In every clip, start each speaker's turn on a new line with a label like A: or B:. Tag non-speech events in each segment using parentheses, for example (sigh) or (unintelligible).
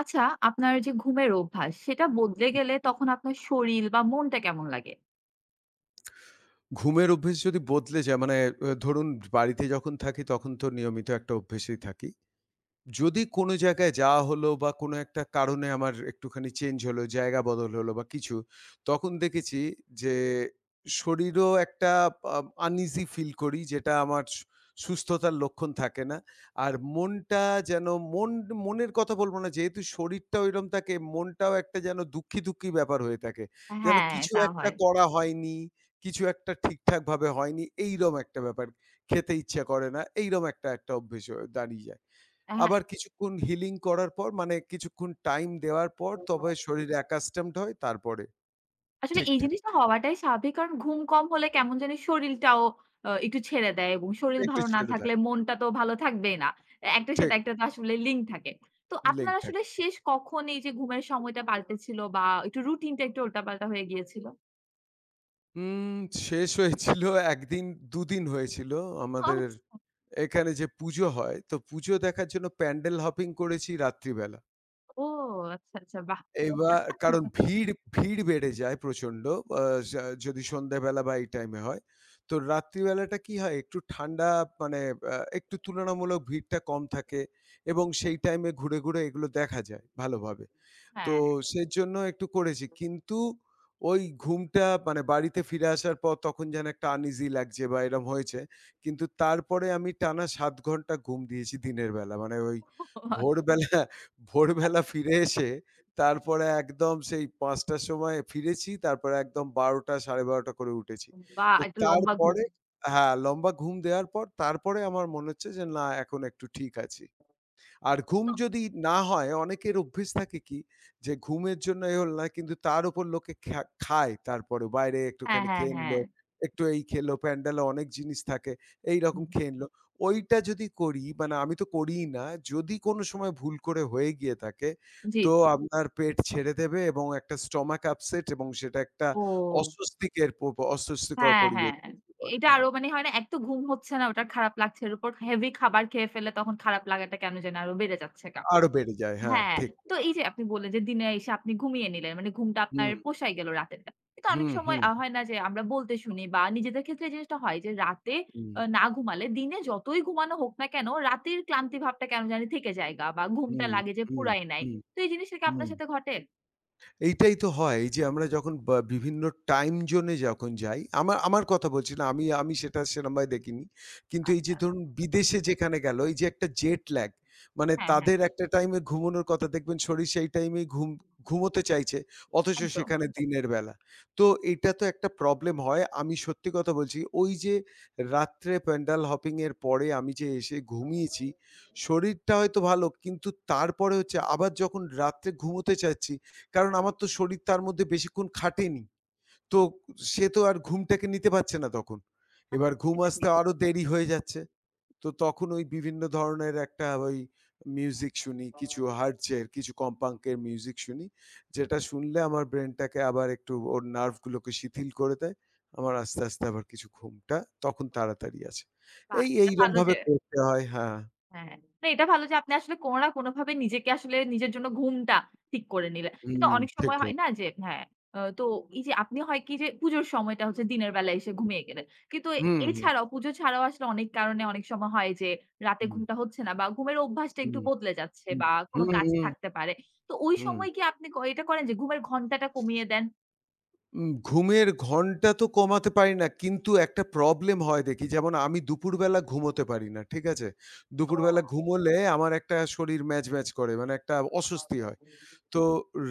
A: আচ্ছা, আপনার যে ঘুমের অভ্যাস, সেটা বদলে গেলে তখন আপনার শরীর বা মনটা কেমন লাগে?
B: ঘুমের অভ্যেস যদি বদলে যায় মানে ধরুন বাড়িতে যখন থাকি তখন তো নিয়মিত একটা অভ্যেসেই থাকি। যদি কোনো জায়গায় যাওয়া হলো বা কোনো একটা কারণে আমার একটুখানি চেঞ্জ হলো, জায়গা বদল হলো বা কিছু, তখন দেখেছি যে শরীরেও একটা আ uneasy ফিল করি যেটা আমার সুস্থতার লক্ষণ থাকে না। আর মনটা যেন মন মনের কথা বলব না, যেহেতু শরীরটা ঐরকম থাকে, মনটাও একটা যেন দুঃখী, দুঃখী ব্যাপার হয়ে থাকে। যেন
A: হ্যাঁ,
B: কিছু
A: তা
B: একটা
A: হয়।
B: করা হয়নি, কিছু একটা ঠিকঠাকভাবে হয়নি এইরকম একটা ব্যাপার। খেতে ইচ্ছা করে না, এইরকম একটা অভ্যেস হয়ে দাঁড়িয়ে যায়।
A: হ্যাঁ,
B: আবার কিছুক্ষণ হিলিং করার পর মানে কিছুক্ষণ টাইম দেওয়ার পর তবে শরীর অ্যাকাস্টমড হয়, তারপরে
A: আসলে এই
B: ঠিকঠাক।
A: জিনিসটা হওয়াটাই স্বাভাবিক। কারণ ঘুম কম হলে কেমন জানি শরীরটাও একটু ছেড়ে দেয় এবং শরীর
B: একটু
A: ভালো না
B: ছেড়ে দেয়।
A: থাকলে মনটা তো ভালো থাকবেই না। একটার সাথে
B: ঠিক,
A: একটা তো আসলে লিঙ্ক থাকে। তো
B: লিঙ্ক
A: আপনার আসলে
B: থাকে।
A: শেষ কখন এই যে ঘুমের সময়টা পাল্টেছিল বা একটু রুটিনটা উল্টাপাল্টা হয়ে গিয়েছিল?
B: উম শেষ হয়েছিল একদিন, দুদিন হয়েছিল। আমাদের
A: আচ্ছা।
B: এখানে যে পুজো হয়, তো পুজো দেখার জন্য প্যান্ডেল হপিং করেছি রাত্রিবেলা।
A: ও আচ্ছা, আচ্ছা। বাহ!
B: এইবার কারণ ভিড় বেড়ে যায় প্রচন্ড। আ যা যদি সন্ধ্যাবেলা বা এই টাইমে হয়। তো রাত্রিবেলাটা কি হয়, একটু ঠান্ডা মানে একটু তুলনামূলক ভিড়টা কম থাকে এবং সেই টাইমে ঘুরে, ঘুরে এগুলো দেখা যায় ভালোভাবে। তো
A: হ্যাঁ।
B: সেজন্য একটু করেছি। কিন্তু ওই ঘুমটা মানে বাড়িতে ফিরে আসার পর তখন যেন একটা আনইজি লাগছে বা এরম হয়েছে। কিন্তু তারপরে আমি টানা ৭ ঘন্টা ঘুম দিয়েছি দিনের বেলা। মানে ওই
A: (laughs)
B: ভোরবেলা, ভোরবেলা ফিরে এসে, তারপরে একদম সেই ৫:০০ র সময় ফিরেছি। তারপরে একদম ১২:০০ ১২:৩০ করে উঠেছি।
A: বাহ!
B: তো
A: একটা লম্বা ঘুম।
B: তারপরে হ্যাঁ, লম্বা ঘুম দেওয়ার পর তারপরে আমার মনে হচ্ছে যে না, এখন একটু ঠিক আছি। আর ঘুম
A: তো
B: যদি না হয়, অনেকের অভ্যেস থাকে কি যে ঘুমের জন্য এ হল না, কিন্তু তার উপর লোকে খ্যা খায়, তারপরে বাইরে
A: হ্যাঁ,
B: একটুখানি
A: হ্যাঁ,
B: খেয়ে
A: হ্যাঁ।
B: নিলো, একটু এই খেলো, প্যান্ডেলে অনেক জিনিস থাকে, এইরকম
A: হুম,
B: খেয়ে নিলো। ওইটা যদি করি মানে আমি তো করিই না। যদি কোনো সময় ভুল করে হয়ে গিয়ে থাকে,
A: জি,
B: তো
A: জি।
B: আপনার পেট ছেড়ে দেবে এবং একটা স্টমাক আপসেট এবং সেটা একটা
A: ও
B: অস্বস্তিকের প অস্বস্তিকর
A: হ্যাঁ,
B: পরিবেশ
A: হ্যাঁ।
B: সৃষ্টি করে।
A: এটা
B: হ্যাঁ,
A: আরো মানে হয় না এক তো ঘুম হচ্ছে না, ওটার খারাপ লাগছে। এর উপর হেভি খাবার খেয়ে ফেললে তখন খারাপ লাগাটা কেন জানি আরো বেড়ে যাচ্ছে গা।
B: আরো বেড়ে যায়। হ্যাঁ,
A: হ্যাঁ,
B: ঠিক।
A: তো এই যে আপনি বললেন যে দিনে এসে আপনি ঘুমিয়ে নিলেন। মানে ঘুমটা আপনার
B: হুম,
A: পোষায় গেল রাতেরটা। কিন্তু অনেক
B: হুম,
A: সময়
B: হুম,
A: হয় না যে আমরা বলতে শুনি বা নিজেদের ক্ষেত্রে এই জিনিসটা হয় যে রাতে
B: হুম,
A: না ঘুমালে দিনে যতই ঘুমানো হোক না কেন রাতের ক্লান্তি ভাবটা কেন জানি থেকে যায় গা বা ঘুমটা
B: হুম,
A: লাগে যে
B: হুম,
A: পুরাই নাই।
B: হুম।
A: তো এই জিনিসটা কি
B: হুম।
A: আপনার সাথে ঘটে?
B: এইটাই তো হয়। এই যে আমরা যখন বা বিভিন্ন টাইম জোনে যখন যাই, আমার আমার কথা বলছি না। আমি আমি সেটা সেরমভাবে দেখিনি। কিন্তু এই যে ধরুন বিদেশে যেখানে গেল, এই যে একটা জেট ল্যাগ মানে
A: হ্যাঁ, হ্যাঁ,
B: তাদের একটা টাইমে ঘুমানোর কথা, দেখবেন শরীর সেই টাইমেই ঘুমোতে চাইছে। অথচ
A: একদম।
B: সেখানে দিনের বেলা। তো এটা তো একটা প্রবলেম হয়। আমি সত্যি কথা বলছি, ওই যে রাত্রে প্যান্ডেল হপিং এর পরে আমি যে এসে ঘুমিয়েছি, শরীরটা হয়তো ভালো, কিন্তু তারপরে হচ্ছে আবার যখন রাত্রে ঘুমোতে চাচ্ছি, কারণ আমার তো শরীর তার মধ্যে বেশিক্ষণ খাটেনি। তো সে তো আর ঘুমটাকে নিতে পারছে না তখন। এবার ঘুম
A: সেটা
B: আসতে
A: ঠিক।
B: আরো দেরি হয়ে যাচ্ছে। তো তখন ওই বিভিন্ন ধরনের একটা ওই মিউজিক শুনি, কিছু হার্টজের, কিছু কম্পাঙ্কের মিউজিক শুনি। যেটা শুনলে আমার ব্রেইনটাকে আবার একটু, ওর নার্ভগুলোকে শিথিল করে দেয়। আমার আস্তে, আস্তে আবার কিছু ঘুমটা তখন তাড়াতাড়ি আসে।
A: বাহ!
B: এই
A: এটা ভালো
B: এইরমভাবে
A: যে
B: করতে হয়, হ্যাঁ।
A: হ্যাঁ। না এটা ভালো যে আপনি আসলে কোনো না কোনোভাবে নিজেকে আসলে নিজের জন্য ঘুমটা ঠিক করে নিলেন।
B: হুম,
A: তো অনেক
B: ঠিক,
A: সময়
B: ঠিক।
A: হয় না যে হ্যাঁ, তো এই যে আপনি হয় কি যে পুজোর সময়টা হচ্ছে দিনের বেলায় এসে ঘুমিয়ে গেলেন। কিন্তু
B: হুম, হুম,
A: এছাড়াও পুজো ছাড়াও আসলে অনেক কারণে অনেক সময় হয় যে রাতে
B: হুম,
A: ঘুমটা হচ্ছে না বা ঘুমের অভ্যাসটা
B: হুম,
A: একটু বদলে যাচ্ছে
B: হুম,
A: বা কোনো
B: হুম,
A: কাজ
B: হুম,
A: থাকতে পারে। তো ওই
B: হুম।
A: সময় কি আপনি ক এটা করেন যে ঘুমের ঘন্টাটা কমিয়ে দেন?
B: ঘুমের ঘন্টা তো কমাতে পারি না। কিন্তু একটা প্রবলেম হয় দেখি। যেমন আমি দুপুরবেলা ঘুমোতে পারি না। ঠিক আছে? দুপুরবেলা
A: ও!
B: ঘুমোলে আমার একটা শরীর ম্যাজ, ম্যাজ করে। মানে একটা অস্বস্তি হয়। তো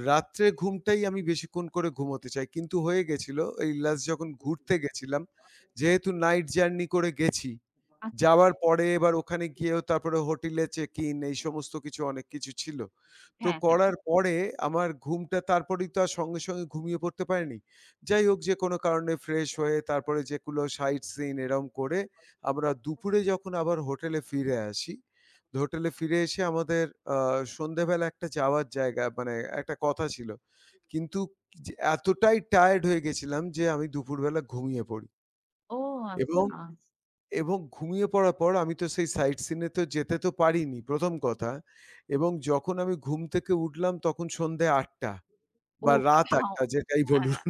B: রাত্রে ঘুমটাই আমি বেশিক্ষণ করে ঘুমোতে চাই। কিন্তু হয়ে গেছিল এই লাস্ট যখন ঘুরতে গেছিলাম, যেহেতু নাইট জার্নি করে গেছি,
A: আচ্ছা,
B: যাওয়ার পরে এবার ওখানে গিয়েও তারপরে হোটেলে চেক ইন এই সমস্ত কিছু অনেক কিছু ছিল। তো
A: হ্যাঁ, হ্যাঁ।
B: করার পরে আমার ঘুমটা তারপরেই তো আর সঙ্গে, সঙ্গে ঘুমিয়ে পড়তে পারিনি। যাই হোক, যে কোনো কারণে ফ্রেশ হয়ে তারপরে যেগুলো সাইট সিইং এরকম করে আমরা দুপুরে যখন আবার হোটেলে ফিরে আসি, হোটেলে ফিরে এসে আমাদের আ সন্ধ্যেবেলা একটা যাওয়ার জায়গা মানে একটা কথা ছিল। কিন্তু যে এতটাই টায়ার্ড হয়ে গেছিলাম যে আমি দুপুরবেলা ঘুমিয়ে পড়ি
A: ও
B: এবং
A: আচ্ছা।
B: এবং ঘুমিয়ে পড়ার পর আমি তো সেই সাইট সিন এ তো যেতে তো পারিনি ১ম কথা। এবং যখন আমি ঘুম থেকে উঠলাম, তখন সন্ধ্যে ৮:০০
A: ও
B: বা রাত
A: বাবা!
B: ৮:০০ যেটাই
A: হ্যাঁ।
B: বলুন।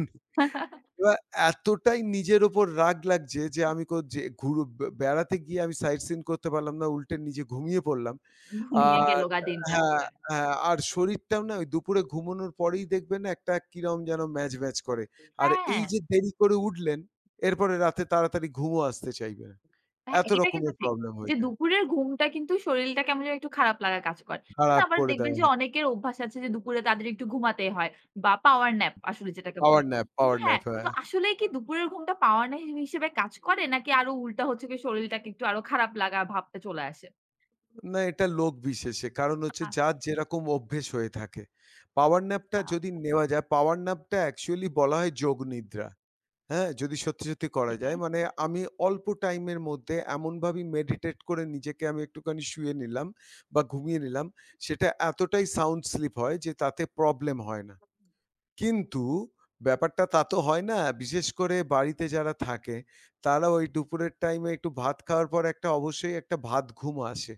B: এবার এতটাই নিজের ওপর রাগ লাগছে যে আমি যে ঘুরু বে বেড়াতে গিয়ে আমি সাইট সিন করতে পারলাম না। উল্টে নিজে ঘুমিয়ে পড়লাম।
A: ঘুমিয়ে গেল
B: আর
A: গা দিনটা
B: হ্যাঁ,
A: আসলে।
B: হ্যাঁ, আর শরীরটাও না ওই দুপুরে ঘুমানোর পরেই দেখবেন একটা কিরম যেন ম্যাজ, ম্যাজ করে। আর
A: হ্যাঁ,
B: এই যে দেরি করে উঠলেন, এরপরে রাতে তাড়াতাড়ি ঘুমও আসতে চাইবে না।
A: হ্যাঁ,
B: এত
A: এটা কিন্তু
B: রকমের
A: ঠিক।
B: প্রবলেম
A: যে
B: হয়ে যায়।
A: দুপুরের ঘুমটা কিন্তু শরীরটা কেমন যেন একটু খারাপ লাগা কাজ করে। কিন্তু
B: খারাপ
A: আবার
B: করে
A: দেখবেন
B: দেয়।
A: যে
B: হ্যাঁ,
A: অনেকের অভ্যাস আছে যে দুপুরে তাদের একটু ঘুমাতেই হয় বা পাওয়ার ন্যাপ আসলে যেটাকে
B: পাওয়ার
A: বলে।
B: ন্যাপ,
A: কিন্তু
B: পাওয়ার
A: হ্যাঁ,
B: ন্যাপ, হ্যাঁ।
A: তো আসলেই কি দুপুরের ঘুমটা পাওয়ার ন্যাপ হিসেবে কাজ করে নাকি আরো উল্টা হচ্ছে গিয়ে শরীরটাকে একটু আরো খারাপ লাগা ভাবটা চলে আসে?
B: না, এটা লোকবিশেষে। কারণ হচ্ছে যার যেরকম অভ্যেস হয়ে থাকে। পাওয়ার ন্যাপটা
A: আচ্ছা,
B: যদি নেওয়া যায়, পাওয়ার ন্যাপটা অ্যাকচুয়ালি বলা হয় যোগ নিদ্রা। হ্যাঁ? যদি সত্যি, সত্যি করা যায়।
A: হ্যাঁ,
B: মানে আমি অল্প টাইমের মধ্যে এমনভাবে মেডিটেট করে নিজেকে আমি একটুখানি শুয়ে নিলাম বা ঘুমিয়ে নিলাম। সেটা এতটাই সাউন্ড স্লিপ হয় যে তাতে প্রবলেম হয় না। কিন্তু ব্যাপারটা তা তো হয় না। বিশেষ করে বাড়িতে যারা থাকে, তারা ওই দুপুরের টাইমে একটু ভাত খাওয়ার পর একটা অবশ্যই একটা ভাত ঘুম আসে।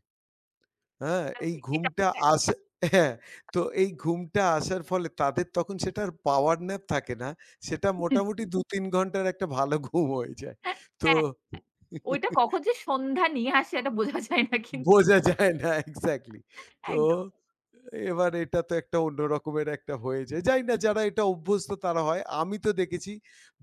B: হ্যাঁ?
A: এটা
B: এই
A: ঠিক। এটা
B: ঘুমটা আসে, হ্যাঁ, তো এই ঘুমটা আসার ফলে তাদের তখন সেটা আর পাওয়ার ন্যাপ থাকে না। সেটা
A: (laughs)
B: মোটামুটি ২-৩ ঘন্টার একটা ভালো ঘুম হয়ে যায়। তো
A: হ্যাঁ, ওইটা কখন যে সন্ধ্যা নিয়ে আসে এটা বোঝা যায় না কিন্তু
B: বোঝা যায় না এক্সাক্টলি। তো
A: একদম।
B: এবার এটা তো একটা অন্য রকমের একটা হয়ে যায়। জানি না, যারা এটা অভ্যস্ত তারা হয়। আমি তো দেখেছি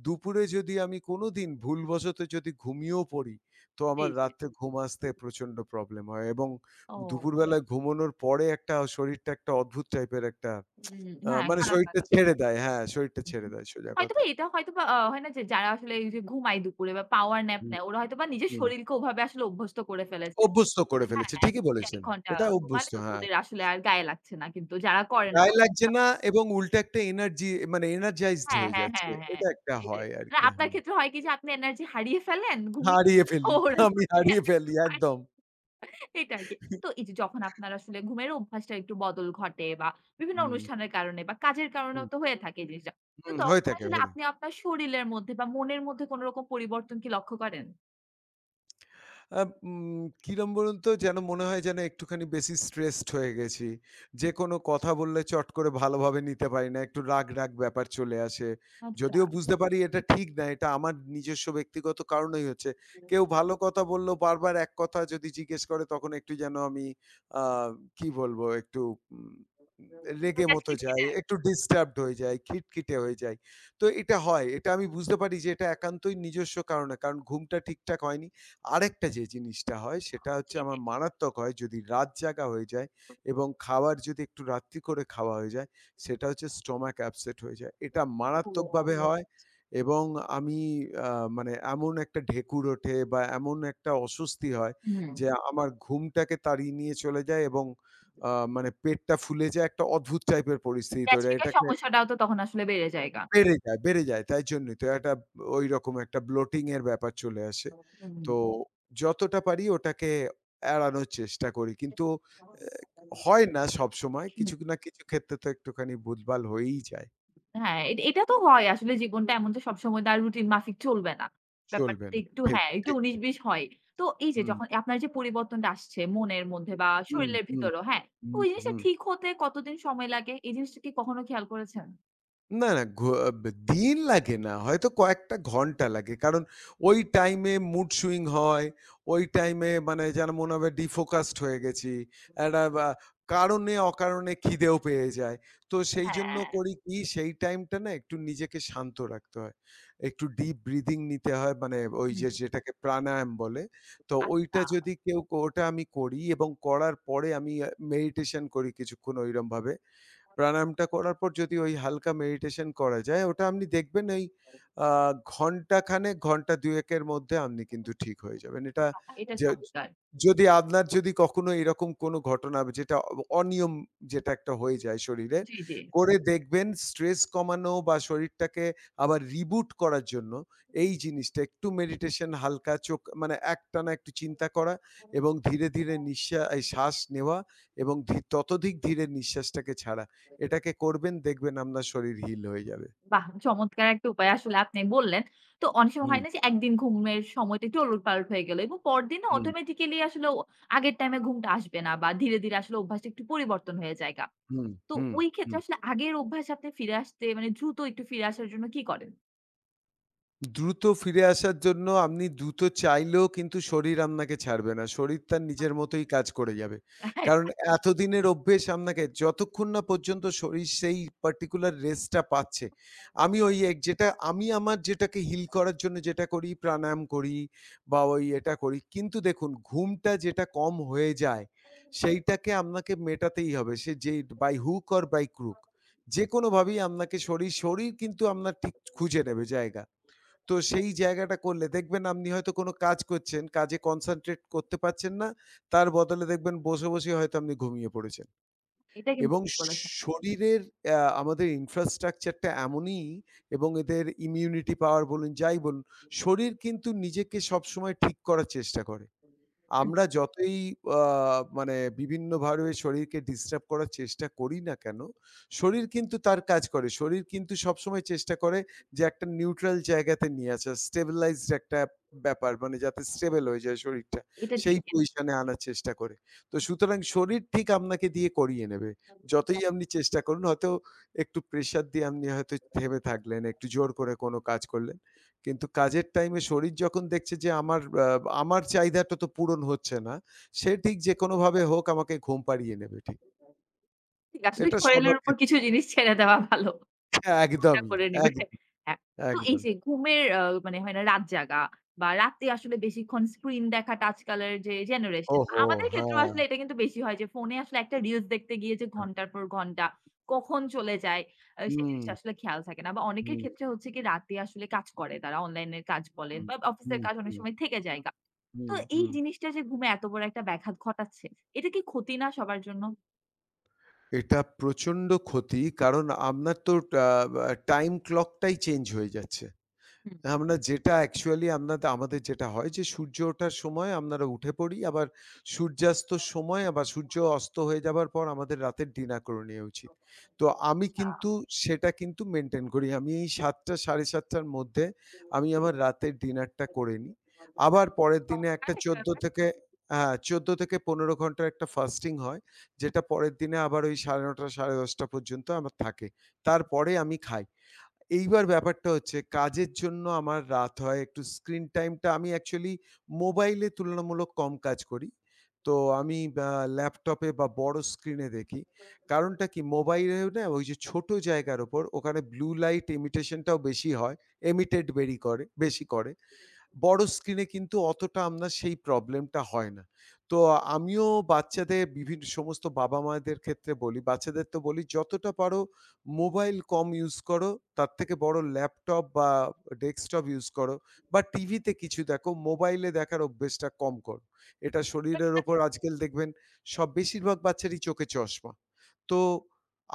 B: দুপুরে যদি আমি কোনোদিন ভুলবশত যদি ঘুমিয়েও পড়ি, তো
A: জি,
B: আমার
A: জি।
B: রাত্রে ঘুম আসতে প্রচন্ড প্রবলেম হয় এবং
A: ও।
B: দুপুরবেলা ঘুমানোর পরে একটা শরীরটা একটা অদ্ভুত টাইপের একটা
A: উম হ্যাঁ,
B: মানে
A: খারাপ
B: শরীরটা
A: লাগা।
B: ছেড়ে দেয়। হ্যাঁ, শরীরটা
A: হুম।
B: ছেড়ে
A: হুম।
B: দেয়, সোজা
A: হয়তোবা
B: কথা।
A: এটা হয়তোবা হয় না যে যারা আসলে এই যে ঘুমায় দুপুরে বা পাওয়ার ন্যাপ
B: হুম,
A: নেয় ওরা হয়তোবা নিজের
B: হুম।
A: শরীরকে ওভাবে আসলে অভ্যস্ত করে ফেলেছে।
B: অভ্যস্ত করে
A: হ্যাঁ,
B: ফেলেছে। ঠিকই
A: যে ১
B: বলেছেন।
A: ঘন্টা
B: এটা
A: ঘুমালে
B: অভ্যস্ত,
A: ওটা
B: হ্যাঁ।
A: ওদের আসলে আর গায়ে লাগছে না কিন্তু যারা করে না।
B: গায়ে লাগছে
A: (unintelligible)
B: না এবং উল্টে একটা এনার্জি মানে এনার্জাইজড
A: হ্যাঁ,
B: হয়ে
A: হ্যাঁ,
B: যাচ্ছে।
A: হ্যাঁ, হ্যাঁ।
B: এটা একটা
A: এটাই।
B: হয়
A: না
B: আরকি।
A: আপনার
B: হুম।
A: ক্ষেত্রে হয় কি যে আপনি এনার্জি হারিয়ে ফেলেন ঘুমিয়ে,
B: হারিয়ে
A: তো
B: ফেলি।
A: ওরা
B: আমি
A: হচ্ছে যে
B: হারিয়ে
A: এনার্জি
B: ফেলি
A: পায়।
B: একদম।
A: এটা আরকি। তো এই যে যখন আপনার আসলে ঘুমের অভ্যাসটা একটু বদল ঘটে বা বিভিন্ন
B: হুম,
A: অনুষ্ঠানের কারণে বা কাজের কারণেও
B: হুম,
A: তো হয়ে থাকে এই জিনিসটা। তো
B: হুম, হয়ে
A: তখন
B: থাকে,
A: আসলে
B: হয়ে থাকে।
A: আপনি আপনার শরীরের মধ্যে বা মনের মধ্যে কোন রকম পরিবর্তন কি লক্ষ্য করেন?
B: আ উম কিরম বলুন তো? যেন মনে হয় যেন একটুখানি বেশি স্ট্রেসড হয়ে গেছি। যেকোনো কথা বললে চট করে ভালোভাবে নিতে পারি না। একটু রাগ, রাগ ব্যাপার চলে আসে।
A: আচ্ছা।
B: যদিও বুঝতে পারি এটা ঠিক না। এটা আমার নিজস্ব ব্যক্তিগত কারণেই হচ্ছে। কেউ ভালো কথা বললেও বারবার এক কথা যদি জিজ্ঞেস করে, তখন একটু যেন আমি আ কি বলবো? একটু উম রেগে
A: মেজাজ
B: মতো যাই,
A: খিটখিটে
B: একটু ডিস্টার্বড হয়ে যাই, খিটখিটে হয়ে যাই। তো এটা হয়। এটা আমি বুঝতে পারি যে এটা একান্তই নিজস্ব কারণে। কারণ ঘুমটা ঠিকঠাক হয়নি। আরেকটা যে জিনিসটা হয় সেটা হচ্ছে
A: জি,
B: আমার
A: জি।
B: মারাত্মক হয়, যদি রাত জাগা হয়ে যায় এবং খাবার যদি একটু রাত্রি করে খাওয়া হয়ে যায়, সেটা হচ্ছে স্টমাক আপসেট হয়ে যায়। এটা
A: ও
B: মারাত্মকভাবে হয় এবং আমি আ মানে এমন একটা ঢেকুর ওঠে বা এমন একটা অস্বস্তি হয়
A: হুম।
B: যে আমার ঘুমটাকে তাড়িয়ে নিয়ে চলে যায় এবং আ মানে পেটটা ফুলে যায়, একটা অদ্ভুত টাইপের পরিস্থিতি তৈরি হয়।
A: গ্যাস্ট্রিক এর
B: এটাকে
A: সমস্যাটাও তো তখন আসলে বেড়ে যায়গা।
B: বেড়ে যায়, বেড়ে যায়। তাই জন্যই তো একটা ঐরকম একটা ব্লোটিং এর ব্যাপার চলে আসে।
A: হুম।
B: তো যতটা পারি ওটাকে এড়ানোর চেষ্টা করি। কিন্তু অ্যা হয় না সবসময়। কিছু না কিছু ক্ষেত্রে তো একটুখানি ভুলভাল হয়েই যায়।
A: হ্যাঁ, এট এটা তো হয় আসলে জীবনটা এমন যে সবসময় তার রুটিন মাফিক চলবে না। ব্যাপারটা
B: চলবে
A: তো
B: না।
A: একটু
B: ঠিক,
A: হ্যাঁ, একটু
B: ঠিক।
A: ১৯-২০ হয়। তো এই যে
B: হুম,
A: যখন আপনার যে পরিবর্তনটা আসছে মনের মধ্যে বা
B: হুম,
A: শরীরের
B: হুম,
A: ভিতরও হ্যাঁ,
B: হুম,
A: ওই জিনিসটা
B: হুম।
A: ঠিক হতে কতদিন সময় লাগে? এই জিনিসটা কি কখনো খেয়াল করেছেন?
B: না, না, ঘ ব দিন লাগে না। হয়তো কয়েকটা ঘন্টা লাগে। কারণ ওই টাইমে মুড সুইং হয়। ওই টাইমে মানে যেন মনে হবে ডিফোকাসড হয়ে গেছি। একটা বা কারণে অকারণে খিদেও পেয়ে যায়। তো সেইজন্য
A: হ্যাঁ,
B: করি কি, সেই টাইমটা না একটু নিজেকে শান্ত রাখতে হয়। একটু ডিপ ব্রিথিং নিতে হয়, মানে ওই
A: হুম।
B: যে যেটাকে প্রাণায়াম বলে। তো
A: আচ্ছা।
B: ওইটা যদি কেউ ওটা আমি করি এবং করার পরে আমি মেডিটেশন করি কিছুক্ষণ ঐরমভাবে। প্রাণায়ামটা করার পর যদি ওই হালকা মেডিটেশন করা যায়, ওটা আপনি দেখবেন এই আ ঘন্টাখানেক, ঘন্টা ২ ১ এর মধ্যে আপনি কিন্তু ঠিক হয়ে যাবেন। এটা
A: বাহ! এটা
B: যে
A: চমৎকার।
B: যদি আপনার যদি কখনো এরকম কোনো ঘটনা যেটা অনিয়ম যেটা একটা হয়ে যায় শরীরে,
A: জি, জি।
B: করে দেখবেন স্ট্রেস কমানো বা শরীরটাকে আবার রিবুট করার জন্য এই জিনিসটা একটু মেডিটেশন, হালকা চোখ মানে একটানা একটু চিন্তা করা এবং ধীরে, ধীরে এই শ্বাস নেওয়া এবং ততোধিক ধীরে নিঃশ্বাসটাকে ছাড়া। এটাকে করবেন, দেখবেন আপনার শরীর হিল হয়ে যাবে।
A: বাহ! চমৎকার একটা উপায় আসলে আপনি বললেন। তো অনেক সময়
B: হুম,
A: হয় না যে একদিন ঘুমের সময়টা একটু ওলটপালট হয়ে গেল এবং পরদিন না
B: হুম,
A: অটোমেটিক্যালি আসলে ও আগের টাইমে ঘুমটা আসবে না বা ধীরে, ধীরে আসলে অভ্যাসটা একটু পরিবর্তন হয়ে যায়গা।
B: হুম,
A: তো
B: হুম,
A: ওই ক্ষেত্রে
B: হুম।
A: আসলে আগের অভ্যাস আপনি ফিরে আসতে মানে দ্রুত একটু ফিরে আসার জন্য কি করেন?
B: দ্রুত ফিরে আসার জন্য আপনি দ্রুত চাইলেও কিন্তু শরীর আপনাকে ছাড়বে না। শরীর তার নিজের মতোই কাজ করে যাবে।
A: হ্যাঁ,
B: কারণ
A: তা ঠিক।
B: এতদিনের অভ্যেস, আপনাকে যতক্ষণ না পর্যন্ত শরীর সেই particular rest টা পাচ্ছে। আমি ওই এক যেটা আমি আমার যেটাকে হিল করার জন্য যেটা করি, প্রাণায়াম করি বা ওই এটা করি। কিন্তু দেখুন ঘুমটা যেটা কম হয়ে যায় সেইটাকে আপনাকে মেটাতেই হবে। সে যেই by hook or by crook যেকোনোভাবেই আপনাকে, শরীর কিন্তু আপনার ঠিক খুঁজে নেবে জায়গা। তো সেই জায়গাটা করলে দেখবেন আপনি হয়তো কোনো কাজ করছেন, কাজে কনসেনট্রেট করতে পারছেন না। তার বদলে দেখবেন বসে, বসেই হয়তো আপনি ঘুমিয়ে পড়েছেন।
A: এটা কিন্তু
B: এবং
A: ঠিক বলেছেন।
B: শরীরের আমাদের ইনফ্রাস্ট্রাকচার টা এমনই এবং এদের ইমিউনিটি পাওয়ার বলুন, যাই বলুন, শরীর কিন্তু নিজেকে সবসময় ঠিক করার চেষ্টা করে।
A: হুম,
B: আমরা যতই আ মানে বিভিন্নভাবে শরীরকে ডিস্টার্ব করার চেষ্টা করি না কেন, শরীর কিন্তু তার কাজ করে। শরীর কিন্তু সবসময় চেষ্টা করে যে একটা নিউট্রাল জায়গাতে নিয়ে আসা, স্টেবিলাইজড একটা ব্যাপার মানে যাতে স্টেবল হয়ে যায় শরীরটা।
A: এটা
B: সেই
A: ঠিক।
B: পজিশনে আনার চেষ্টা করে। তো সুতরাং শরীর ঠিক আপনাকে দিয়ে করিয়ে নেবে। যতই আপনি চেষ্টা করুন, হয়তো একটু প্রেশার দিয়ে আপনি হয়তো থেমে থাকলেন, একটু জোর করে কোনো কাজ করলেন। কিন্তু কাজের টাইমে শরীর যখন দেখছে যে আমার চাহিদাটা তো পূরণ হচ্ছে না, সে ঠিক যেকোনোভাবে হোক আমাকে ঘুম পাড়িয়ে নেবে ঠিক।
A: ঠিক আসলে
B: এটা সবার
A: শরীরের উপর
B: ক্ষেত্রে
A: কিছু জিনিস ছেড়ে দেওয়া ভালো।
B: (laughs)
A: ফোনটা
B: একদমই,
A: করে নিবে।
B: একদম,
A: হ্যাঁ, তো এই
B: একদম।
A: যে ঘুমের মানে হয় না রাত জাগা বা রাতে আসলে বেশিক্ষণ স্ক্রিন দেখাটা আজকালের যে জেনারেশন।
B: ওহো!
A: আমাদের
B: হ্যাঁ,
A: ক্ষেত্রেও আসলে এটা কিন্তু বেশি হয় যে ফোনে আসলে একটা রিলস দেখতে গিয়ে যে
B: হ্যাঁ।
A: ঘন্টার পর ঘন্টা কখন চলে যায় সে
B: হুম,
A: জিনিসটা আসলে খেয়াল থাকে না। বা অনেকের
B: হুম,
A: ক্ষেত্রে হচ্ছে কি রাতে আসলে কাজ করে তারা অনলাইনের কাজ বলেন
B: হুম,
A: বা অফিসের
B: হুম,
A: কাজ অনেক
B: হুম,
A: সময় থেকে যায় গা। তো
B: হুম,
A: এই
B: হুম।
A: জিনিসটা যে ঘুমে এত বড় একটা ব্যাঘাত ঘটাচ্ছে, এটা কি ক্ষতি না সবার জন্য?
B: এটা প্রচণ্ড ক্ষতি। কারণ আপনার তো টা আ টাইম ক্লকটাই চেঞ্জ হয়ে যাচ্ছে।
A: হুম।
B: আমরা যেটা অ্যাকচুয়ালি আমাদের যেটা হয় যে সূর্য ওঠার সময় আপনারা উঠে পড়ি। আবার সূর্যাস্তর সময় আবার সূর্য অস্ত হয়ে যাবার পর আমাদের রাতের ডিনার করে নেওয়া উচিত। তো আমি
A: আচ্ছা।
B: কিন্তু, সেটা কিন্তু মেইনটেইন করি। আমি এই ৭:০০ ৭:৩০ র মধ্যে আমি আমার রাতের ডিনারটা করে নিই। আবার পরের দিনে
A: চমৎকার
B: একটা
A: একটা
B: ১৪
A: ব্যাপার।
B: থেকে হ্যাঁ, ১৪ থেকে ১৫ ঘন্টার একটা ফাস্টিং হয়। যেটা পরের দিনে আবার ওই ৯:৩০ ১০:০০ পর্যন্ত আমার থাকে। তারপরে আমি খাই। এইবার ব্যাপারটা হচ্ছে কাজের জন্য আমার রাত হয়। একটু স্ক্রিন টাইমটা আমি অ্যাকচুয়ালি মোবাইলে তুলনামূলক কম কাজ করি। তো আমি আ ল্যাপটপে বা বড় স্ক্রিনে দেখি। কারণটা কি মোবাইলেও না ওই যে ছোট জায়গার উপর ওখানে ব্লু লাইট ইমিটেশন টাও বেশি হয়। এমিটেড বেরি করে বেশি করে। বড় স্ক্রিনে কিন্তু অতটা আপনার সেই প্রবলেমটা হয় না। তো আমিও বাচ্চাদের সমস্ত বাবা-মাদের ক্ষেত্রে বলি, বাচ্চাদের তো বলি, "যতটা পারো মোবাইল কম ইউজ করো। তার থেকে বড় ল্যাপটপ বা ডেস্কটপ ইউজ করো বা টিভিতে কিছু দেখো। মোবাইলে দেখার অভ্যেসটা কম করো।" এটা শরীরের ওপর
A: কিন্তু
B: আজকাল দেখবেন সব বেশিরভাগ বাচ্চারই চোখে চশমা। তো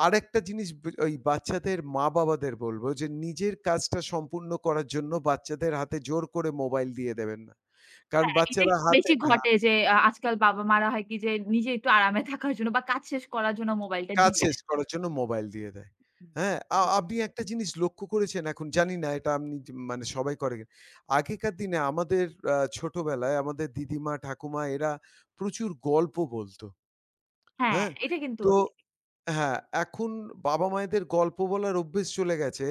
B: আরেকটা জিনিস ওই বাচ্চাদের মা-বাবাদের বলব যে নিজের কাজটা সম্পূর্ণ করার জন্য বাচ্চাদের হাতে জোর করে মোবাইল দিয়ে দেবেন না। কারণ
A: হ্যাঁ, এটাই
B: বাচ্চারা হাতে,
A: বেশি
B: হ্যাঁ,
A: ঘটে যে আজকাল বাবা-মারা হয় কি যে নিজে একটু আরামে থাকার জন্য বা কাজ শেষ করার জন্য মোবাইলটা
B: কাজ
A: দিয়ে
B: শেষ
A: দেয়।
B: করার জন্য মোবাইল দিয়ে দেয়।
A: হুম।
B: হ্যাঁ?
A: জি।
B: আপনি একটা জিনিস লক্ষ্য করেছেন, এখন জানি না এটা আপনি মানে সবাই করে কিনা। আগেকার দিনে আমাদের ছোটবেলায় আমাদের দিদিমা, ঠাকুমা এরা প্রচুর গল্প বলত।
A: হ্যাঁ,
B: হ্যাঁ?
A: এটা কিন্তু
B: তো হ্যাঁ, এখন বাবা-মায়েদের গল্প বলার অভ্যেস চলে গেছে।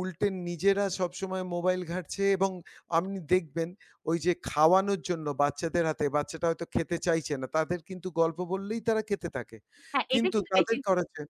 B: উল্টে নিজেরা সবসময় মোবাইল ঘাঁটছে এবং আপনি দেখবেন ওই যে খাওয়ানোর জন্য বাচ্চাদের হাতে, বাচ্চাটা হয়তো খেতে চাইছে না। তাদের কিন্তু গল্প বললেই তারা খেতে থাকে।
A: হ্যাঁ, এটা
B: কিন্তু
A: কিন্তু
B: তাদের
A: বেশি
B: করেছে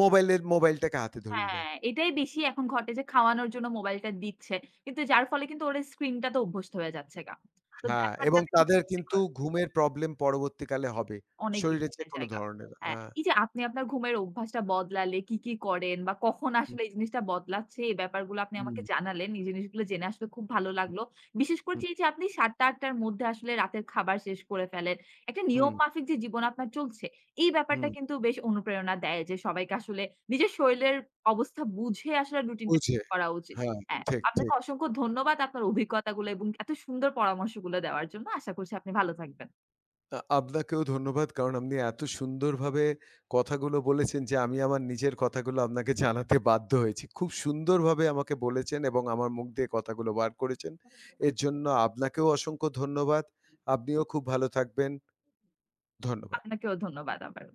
B: মোবাইলটাকে হাতে ধরিয়ে দেয়।
A: হ্যাঁ, এটাই বেশি এখন ঘটে যে খাওয়ানোর জন্য মোবাইলটা দিচ্ছে। কিন্তু যার ফলে কিন্তু ওর স্ক্রিনটাতে অভ্যস্ত হয়ে যাচ্ছে গা। তো
B: হ্যাঁ,
A: ব্যাপারটা
B: এবং তাদের কিন্তু
A: (unintelligible)
B: ঘুমের প্রবলেম পরবর্তীকালে হবে।
A: অনেক
B: শরীরে
A: বিনোদনের
B: যেকোনো
A: জায়গা।
B: ধরনের।
A: হ্যাঁ,
B: হ্যাঁ।
A: এই যে আপনি আপনার ঘুমের অভ্যাসটা বদলালে কি, কি করেন বা কখন
B: হুম,
A: আসলে এই জিনিসটা বদলাচ্ছে এই ব্যাপারগুলো আপনি
B: হুম,
A: আমাকে জানালেন। এই জিনিসগুলো জেনে আসলে খুব ভালো
B: হুম,
A: লাগলো। বিশেষ করে
B: হুম, হুম,
A: যে এই যে আপনি ৭:০০ টা ৮:০০ টার মধ্যে আসলে রাতের খাবার শেষ করে ফেলেন। একটা
B: হুম।
A: নিয়ম মাফিক যে জীবন আপনার চলছে, এই ব্যাপারটা
B: হুম।
A: কিন্তু বেশ অনুপ্রেরণা দেয় যে সবাইকে আসলে নিজের শরীরের অবস্থা বুঝে আসলে রুটিনটা
B: বুঝে।
A: করা উচিত।
B: হ্যাঁ,
A: হ্যাঁ,
B: ঠিক,
A: আপনাকে
B: ঠিক।
A: অসংখ্য ধন্যবাদ আপনার অভিজ্ঞতাগুলো এবং এত সুন্দর পরামর্শগুলো দেওয়ার জন্য। আশা করছি আপনি ভালো থাকবেন।
B: আপনাকেও ধন্যবাদ। কারণ আপনি এত সুন্দরভাবে কথাগুলো বলেছেন যে আমি আমার নিজের কথাগুলো আপনাকে জানাতে বাধ্য হয়েছি। খুব সুন্দরভাবে আমাকে বলেছেন এবং আমার মুখ দিয়ে কথাগুলো বার করেছেন। এর জন্য আপনাকেও অসংখ্য ধন্যবাদ। আপনিও খুব ভালো থাকবেন। ধন্যবাদ।
A: আপনাকেও ধন্যবাদ আবার।